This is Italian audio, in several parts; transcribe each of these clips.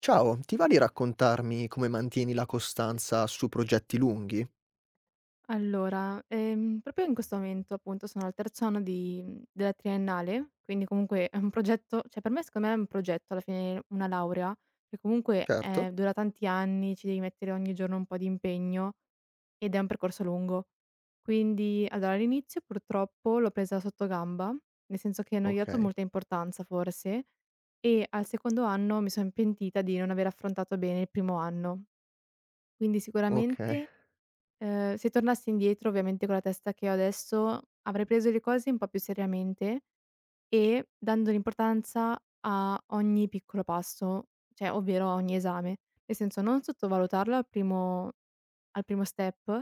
Ciao, ti va di raccontarmi come mantieni la costanza su progetti lunghi? Allora, proprio in questo momento appunto sono al terzo anno della triennale, quindi comunque è un progetto, cioè per me secondo me è un progetto alla fine, una laurea, che comunque, Certo. Dura tanti anni, ci devi mettere ogni giorno un po' di impegno ed è un percorso lungo. Quindi allora all'inizio purtroppo l'ho presa sottogamba, nel senso che non gli ho dato Okay, molta importanza forse, e al secondo anno mi son pentita di non aver affrontato bene il primo anno. Quindi okay, sicuramente se tornassi indietro, ovviamente con la testa che ho adesso, avrei preso le cose un po' più seriamente e dando l'importanza a ogni piccolo passo, cioè ovvero a ogni esame. Nel senso non sottovalutarlo al primo step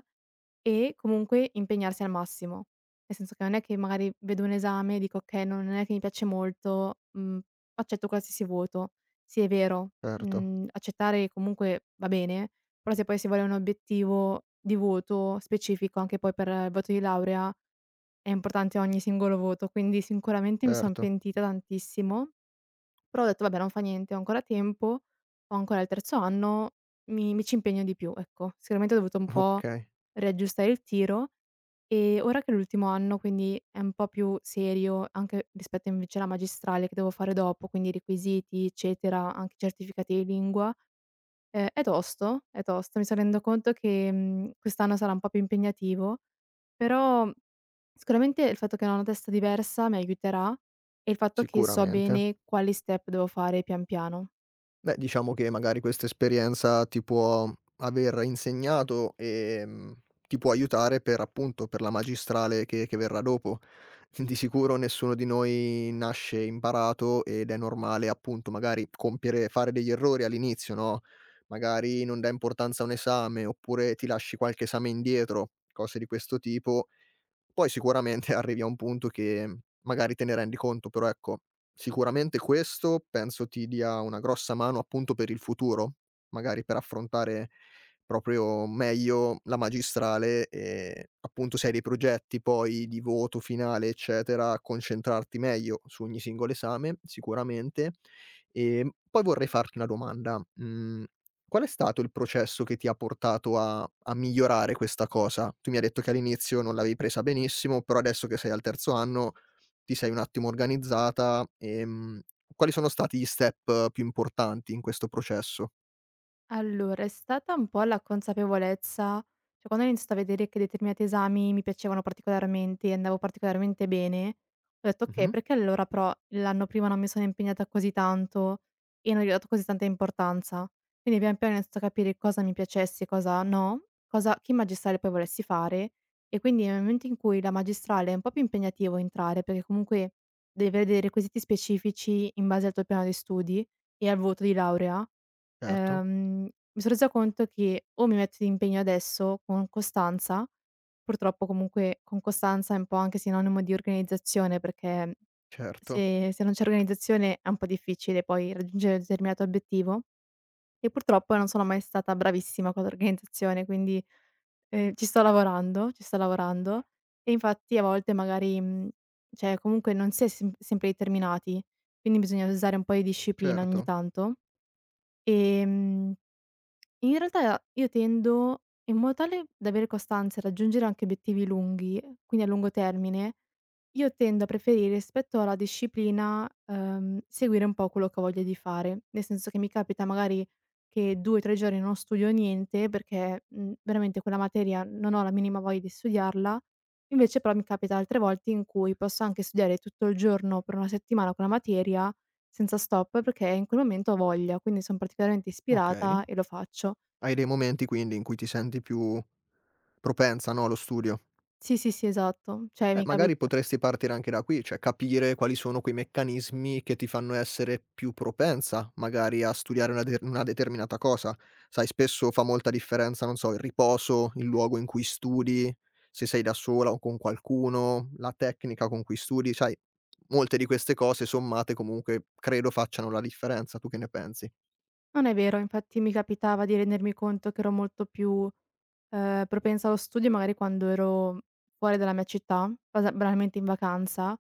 e comunque impegnarsi al massimo. Nel senso che non è che magari vedo un esame e dico: "Okay, non è che mi piace molto, accetto qualsiasi voto". Sì, è vero, certo, accettare comunque va bene, però se poi si vuole un obiettivo di voto specifico anche poi per il voto di laurea, è importante ogni singolo voto, quindi sicuramente mi son certo, pentita tantissimo, però ho detto: "Vabbè, non fa niente, ho ancora tempo, ho ancora il terzo anno, mi ci impegno di più", ecco. Sicuramente ho dovuto un po' okay, riaggiustare il tiro e ora che è l'ultimo anno, quindi è un po' più serio anche rispetto invece alla magistrale che devo fare dopo, quindi requisiti eccetera, anche certificati di lingua. È tosto, è tosto. Mi son rendo conto che, quest'anno sarà un po' più impegnativo, però sicuramente il fatto che ho una testa diversa mi aiuterà e il fatto che so sicuramente. bene quali step devo fare pian piano. Beh, diciamo che magari questa esperienza ti può aver insegnato, ti può aiutare per appunto, per la magistrale che verrà dopo. Di sicuro nessuno di noi nasce imparato ed è normale appunto magari compiere fare degli errori all'inizio, no, magari non dai importanza a un esame, oppure ti lasci qualche esame indietro, cose di questo tipo, poi sicuramente arrivi a un punto che magari te ne rendi conto, però ecco, sicuramente questo penso ti dia una grossa mano appunto per il futuro, magari per affrontare proprio meglio la magistrale e appunto se hai dei progetti poi di voto finale, eccetera, concentrarti meglio su ogni singolo esame sicuramente. Poi vorrei farti una domanda: qual è stato il processo che ti ha portato a migliorare questa cosa? Tu mi hai detto che all'inizio non l'avevi presa benissimo, però adesso che sei al terzo anno ti sei un attimo organizzata, quali sono stati gli step più importanti in questo processo? Allora, è stata un po' la consapevolezza, cioè quando ho iniziato a vedere che determinati esami mi piacevano particolarmente e andavo particolarmente bene, ho detto: "Okay, Mh-mh. perché allora però l'anno prima non mi sono impegnata così tanto e non gli ho dato così tanta importanza?" Quindi pian piano ho iniziato a capire cosa mi piacesse e cosa no, cosa che magistrale poi volessi fare, e quindi nel momento in cui la magistrale è un po' più impegnativo entrare, perché comunque devi avere dei requisiti specifici in base al tuo piano di studi e al voto di laurea, Certo, Ehm, mi son resa conto che o mi metto d'impegno adesso con costanza, purtroppo comunque con costanza è un po' anche sinonimo di organizzazione, perché certo, se non c'è organizzazione è un po' difficile poi raggiungere un determinato obiettivo, e purtroppo non sono mai stata bravissima con l'organizzazione, quindi, ci sto lavorando, ci sto lavorando, e infatti a volte magari, cioè comunque non si è sempre determinati, quindi bisogna usare un po' di disciplina ogni certo. tanto. ehm In realtà io tendo, in modo tale da avere costanza e raggiungere anche obiettivi lunghi, quindi a lungo termine, io tendo a preferire rispetto alla disciplina, seguire un po' quello che ho voglia di fare. Nel senso che mi capita magari che 2 o 3 giorni non studio niente perché, veramente quella materia non ho la minima voglia di studiarla, invece però mi capita altre volte in cui posso anche studiare tutto il giorno per una settimana quella materia senza stop perché in quel momento ho voglia, quindi son particolarmente Okay. ispirata e lo faccio. Hai dei momenti quindi in cui ti senti più propensa, no, allo studio. Sì, sì, sì, esatto. Cioè mi Magari capita, potresti partire anche da qui, cioè capire quali sono quei meccanismi che ti fanno essere più propensa magari a studiare una, una determinata cosa. Sai, spesso fa molta differenza, non so, il riposo, il luogo in cui studi, se sei da sola o con qualcuno, la tecnica con cui studi, sai, molte di queste cose sommate comunque credo facciano la differenza. Tu che ne pensi? non è vero, infatti mi capitava di rendermi conto che ero molto più, propensa allo studio magari quando ero fuori dalla mia città, basa banalmente in vacanza,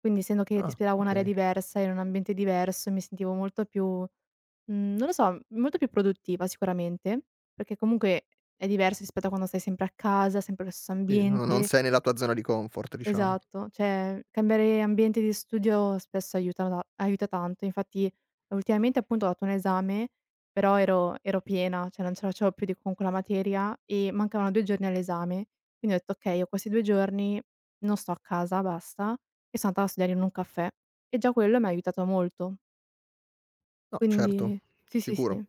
quindi essendo che Ah, respiravo ok. un'aria diversa, in un ambiente diverso, mi sentivo molto più, non lo so, molto più produttiva sicuramente, perché comunque è diverso rispetto a quando stai sempre a casa, sempre lo stesso Sì, non ambiente. sei nella tua zona di comfort, diciamo. Esatto, cioè cambiare ambiente di studio spesso aiuta tanto. Infatti ultimamente appunto ho dato un esame, però ero piena, cioè non ce la facevo più di con quella materia e mancavano 2 giorni all'esame. Quindi ho detto: "Okay, ho questi 2 giorni, non sto a casa, basta." E sono andata a studiare in un caffè e già quello mi ha aiutato molto. No, certo, Quindi sì, sì, sicuro. sì.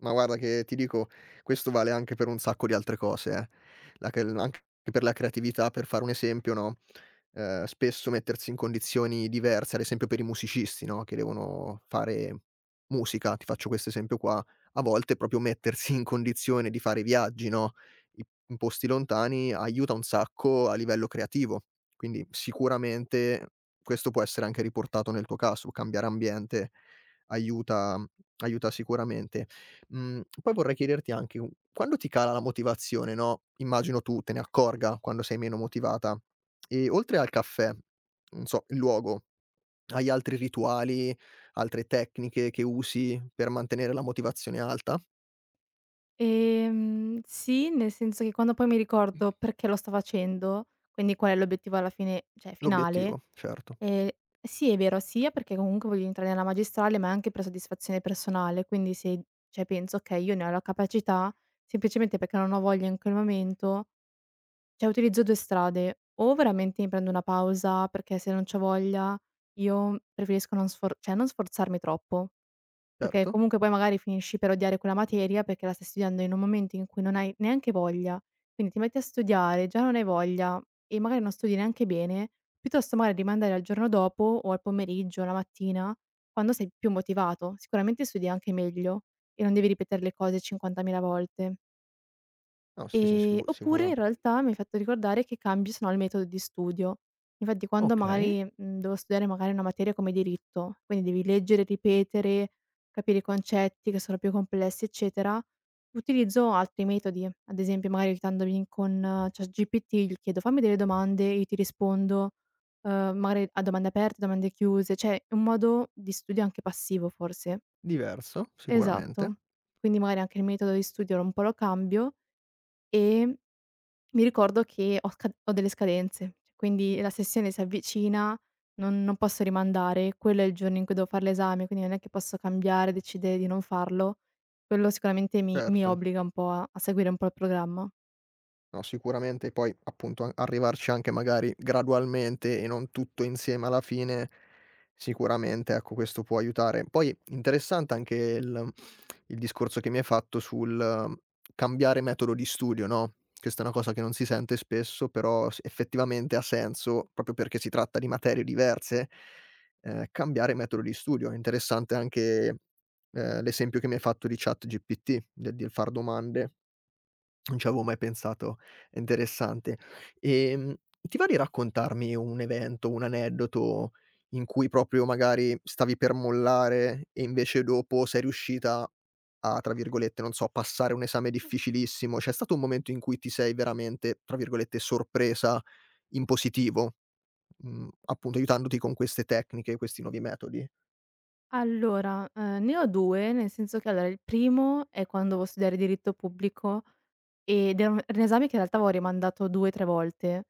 Ma guarda che ti dico, questo vale anche per un sacco di altre cose. La che anche per la creatività, per fare un esempio, no, spesso mettersi in condizioni diverse, ad esempio per i musicisti, no, che devono fare musica, ti faccio questo esempio qua, a volte proprio mettersi in condizione di fare viaggi, no, i in posti lontani aiuta un sacco a livello creativo. Quindi sicuramente questo può essere anche riportato nel tuo caso, cambiare ambiente aiuta aiuta sicuramente. Poi vorrei chiederti anche u quando ti cala la motivazione, no, immagino tu te ne accorga quando sei meno motivata e oltre al caffè, non so, il luogo, hai altri rituali, altre tecniche che usi per mantenere la motivazione alta? Sì, nel senso che quando poi mi ricordo perché lo sto facendo, quindi qual è l'obiettivo alla fine, cioè finale. L'obiettivo, certo, Ehm, sì, è vero, sia perché comunque voglio entrare nella magistrale, ma anche per soddisfazione personale, quindi se, cioè penso: "Okay, io ne ho la capacità, semplicemente perché non ho voglia in quel momento", cioè utilizzo 2 strade: o veramente mi prendo una pausa, perché se non c'ho voglia io preferisco non sforzarmi troppo. Perché certo. comunque poi magari finisci per odiare quella materia perché la stai studiando in un momento in cui non hai neanche voglia. Quindi ti metti a studiare, già non hai voglia e magari non studi neanche bene, piuttosto magari rimandare al giorno dopo o al pomeriggio, alla mattina, quando sei più motivato. Sicuramente studi anche meglio e non devi ripetere le cose 50.000 volte. No, sì, sì, Oppure in sicuro. realtà mi hai fatto ricordare che cambio se no il metodo di studio. Infatti quando Okay, magari, devo studiare magari una materia come diritto, quindi devi leggere, ripetere, capire i concetti che sono più complessi, eccetera, utilizzo altri metodi. Ad esempio magari aiutandomi con ChatGPT, gli chiedo: "Fammi delle domande", io ti rispondo, magari a domande aperte, domande chiuse, cioè è un modo di studio anche passivo forse. diverso sicuramente, Esatto. Quindi magari anche il metodo di studio un po' lo cambio e mi ricordo che ho delle scadenze, quindi la sessione si avvicina, non posso rimandare, quello è il giorno in cui devo fare l'esame, quindi non è che posso cambiare, decidere di non farlo. Quello sicuramente mi certo. obbliga un po' a seguire un po' il programma. No, sicuramente poi appunto a arrivarci anche magari gradualmente e non tutto insieme alla fine, sicuramente ecco questo può aiutare. Poi interessante anche il discorso che mi hai fatto sul cambiare metodo di studio, no, questa è una cosa che non si sente spesso, però s effettivamente ha senso, proprio perché si tratta di materie diverse, cambiare metodo di studio. È interessante anche, l'esempio che mi hai fatto di ChatGPT, del far domande non ci avevo mai pensato, è interessante. Ti va di raccontarmi un evento, un aneddoto in cui proprio magari stavi per mollare e invece dopo sei riuscita a, tra virgolette, non so, "passare un esame difficilissimo"? C'è stato un momento in cui ti sei veramente, tra virgolette, "sorpresa" in positivo, appunto aiutandoti con queste tecniche, questi nuovi metodi? Allora, ne ho 2, nel senso che allora il primo è quando devo studiare diritto pubblico. Ed era un esame che in realtà avevo rimandato 2, 3 volte.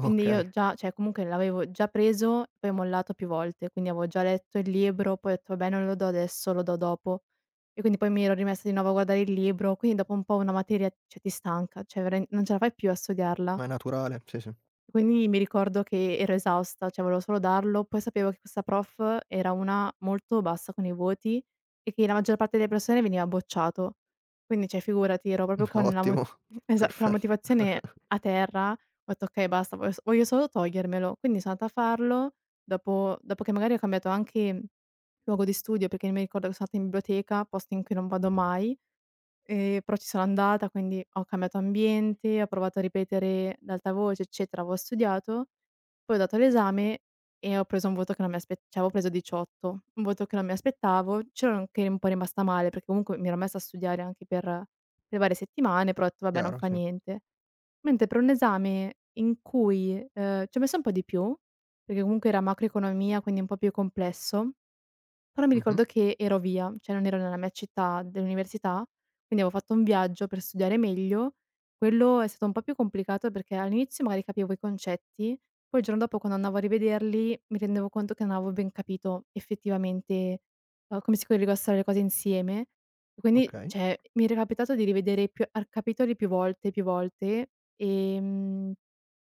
Quindi io già, cioè comunque l'avevo già preso, poi mollato più volte, quindi avevo già letto il libro, poi ho detto: "Vabbè, non lo do adesso, lo do dopo." E quindi poi mi ero rimessa di nuovo a guardare il libro, quindi dopo un po' una materia, cioè ti stanca, cioè veramen non ce la fai più a studiarla. ma è naturale, sì, sì. Quindi mi ricordo che ero esausta, cioè volevo solo darlo, poi sapevo che questa prof era una molto bassa con i voti e che la maggior parte delle persone veniva bocciato. Quindi cioè figurati, ero proprio Ottimo, con la perfetto. motivazione a terra, ho detto: "Okay basta, voglio solo togliermelo". Quindi sono andata a farlo, dopo che magari ho cambiato anche luogo di studio, perché mi ricordo che sono andata in biblioteca, posto in cui non vado mai. Però ci sono andata, quindi ho cambiato ambiente, ho provato a ripetere ad alta voce, eccetera, avevo studiato, poi ho dato l'esame e ho preso un voto che non mi aspe cioè avevo preso 18, un voto che non mi aspettavo. C'ero anche un po' rimasta male, perché comunque mi ero messa a studiare anche per varie settimane, però ho detto: "Vabbè, non Chiaro, fa sì. niente". Mentre per un esame in cui, ci ho messo un po' di più, perché comunque era macroeconomia, quindi un po' più complesso, però mi Mh-mh, ricordo che ero via, cioè non ero nella mia città dell'università, quindi avevo fatto un viaggio per studiare meglio. Quello è stato un po' più complicato perché all'inizio magari capivo i concetti, poi il giorno dopo quando andavo a rivederli mi rendevo conto che non avevo ben capito effettivamente, come si collegassero le cose insieme. E quindi, okay. cioè, mi era capitato di rivedere più ar capitoli più volte, più volte. ehm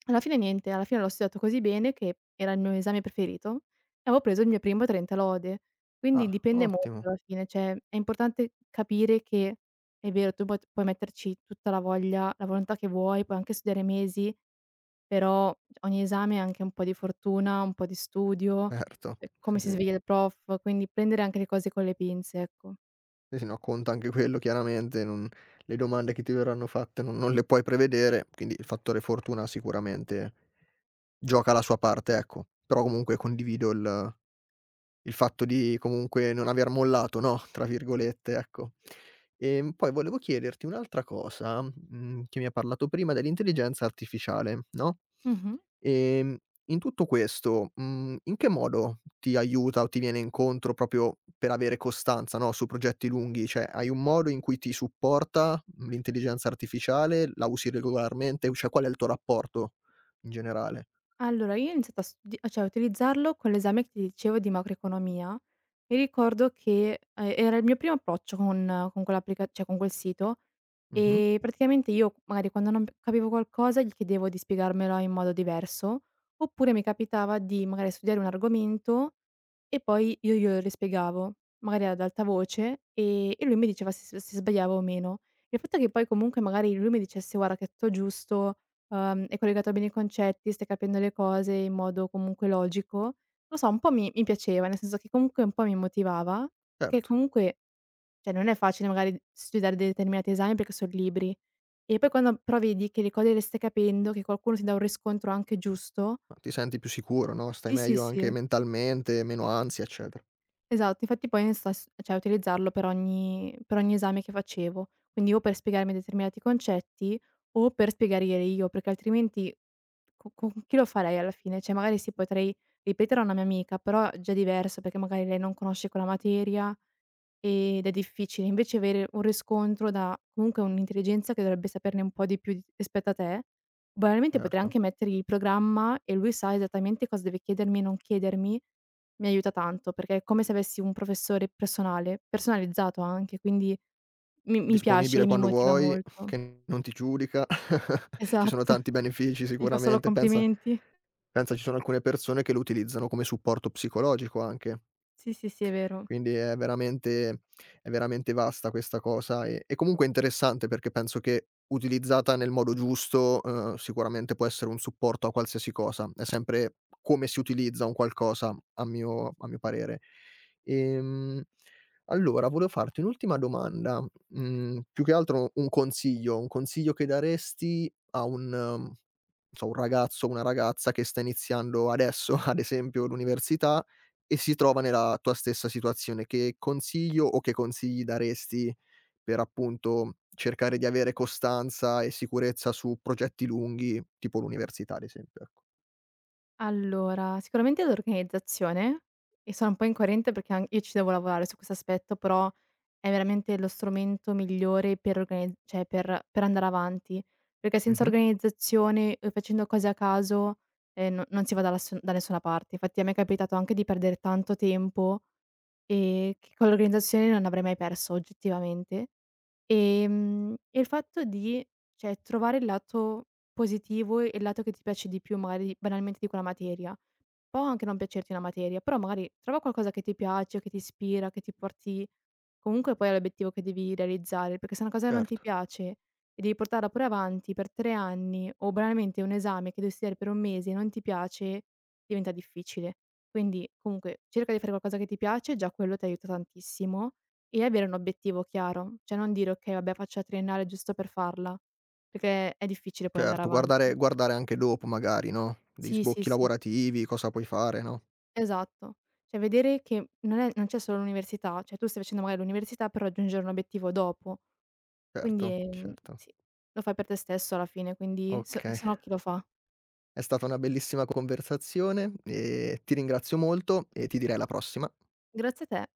Alla fine niente, alla fine l'ho studiato così bene che era il mio esame preferito e avevo preso il mio primo 30 lode. Quindi Ah, dipende molto ottimo, alla fine, cioè è importante capire che è vero, tu puoi metterci tutta la voglia, la volontà che vuoi, puoi anche studiare mesi, però ogni esame è anche un po' di fortuna, un po' di studio, certo. Sì, come si sì. sveglia il prof, quindi prendere anche le cose con le pinze, ecco. Sì, sì, no, conta anche quello chiaramente, non le domande che ti verranno fatte non le puoi prevedere, quindi il fattore fortuna sicuramente gioca la sua parte, ecco. Però comunque condivido il fatto di comunque non aver "mollato", no, tra virgolette, ecco. Poi volevo chiederti un'altra cosa, che mi hai parlato prima dell'intelligenza artificiale, no, Mh-mh. ehm, in tutto questo, in che modo ti aiuta o ti viene incontro proprio per avere costanza, no, su progetti lunghi? Cioè, hai un modo in cui ti supporta, l'intelligenza artificiale? La usi regolarmente? Cioè, qual è il tuo rapporto in generale? Allora, io ho iniziato a studi cioè a utilizzarlo con l'esame che ti dicevo di macroeconomia. Mi ricordo che, era il mio primo approccio con quel sito, Mh-mh, e praticamente io magari quando non capivo qualcosa gli chiedevo di spiegarmelo in modo diverso, oppure mi capitava di magari studiare un argomento e poi io glielo rispiegavo, magari ad alta voce, e lui mi diceva se sbagliavo o meno. Il fatto che poi comunque magari lui mi dicesse: "Guarda che è tutto giusto, hai collegato bene i concetti, stai capendo le cose in modo comunque logico", lo so, un po' mi piaceva, nel senso che comunque un po' mi motivava, perché certo. comunque, cioè non è facile magari studiare determinati esami perché son libri, e poi quando però vedi che le cose le stai capendo, che qualcuno ti dà un riscontro anche giusto, Ma ti senti più sicuro, no, stai sì, sì, meglio anche sì. mentalmente, meno ansia, eccetera. Esatto, infatti poi ne stas cioè a utilizzarlo per ogni esame che facevo. Quindi o per spiegarmi determinati concetti o per spiegare io, perché altrimenti co con chi lo farei alla fine? Cioè magari sì, potrei ripetere a una mia amica, però è già diverso perché magari lei non conosce quella materia ed è difficile invece avere un riscontro da comunque un'intelligenza che dovrebbe saperne un po' di più di rispetto a te. Banalmente potrei Certo. anche mettergli il programma e lui sa esattamente cosa deve chiedermi e non chiedermi, mi aiuta tanto, perché è come se avessi un professore personale, personalizzato anche, quindi mi piace Disponibile e mi quando motiva vuoi, molto. che non ti giudica. Ci sono Esatto, tanti benefici mi fa solo sicuramente, pensa complimenti. pensa ci sono alcune persone che lo utilizzano come supporto psicologico anche. Sì, sì, sì, è vero. Quindi è veramente vasta questa cosa e comunque interessante perché penso che utilizzata nel modo giusto, sicuramente può essere un supporto a qualsiasi cosa. È sempre come si utilizza un qualcosa a mio parere. Ehm, allora volevo farti un'ultima domanda, più che altro un consiglio che daresti a un non so, un ragazzo o una ragazza che sta iniziando adesso, ad esempio, l'università e si trova nella tua stessa situazione, che consiglio o che consigli daresti per appunto cercare di avere costanza e sicurezza su progetti lunghi, tipo l'università ad esempio, ecco? Allora, sicuramente l'organizzazione, e sono un po' incoerente perché an io ci devo lavorare su questo aspetto, però è veramente lo strumento migliore per organizz cioè per andare avanti, perché senza Mh-mh, organizzazione e facendo cose a caso, no, non si va da nessuna parte. Infatti a me è capitato anche di perdere tanto tempo, che con l'organizzazione non avrei mai perso oggettivamente. E il fatto di, cioè, trovare il lato positivo e il lato che ti piace di più magari banalmente di quella materia. Può anche non piacerti una materia, però magari trova qualcosa che ti piace, che ti ispira, che ti porti. Comunque poi è l'obiettivo che devi realizzare, perché se una cosa non ti certo. piace e devi portarla pure avanti per 3 anni o banalmente un esame che devi studiare per 1 mese e non ti piace, diventa difficile. Quindi comunque cerca di fare qualcosa che ti piace, già quello ti aiuta tantissimo, e avere un obiettivo chiaro, cioè non dire: "Okay, vabbè faccio la triennale giusto per farla", perché è difficile poi andare Certo, avanti. guardare anche dopo magari, no, degli Sì, sì, sbocchi sì, lavorativi, cosa puoi fare, no? esatto. Cioè vedere che non è, non c'è solo l'università, cioè tu stai facendo magari l'università per raggiungere un obiettivo dopo. Quindi, Certo, certo. sì, lo fai per te stesso alla fine, quindi se Okay, se no chi lo fa? è stata una bellissima conversazione e ti ringrazio molto e ti direi alla prossima. Grazie a te.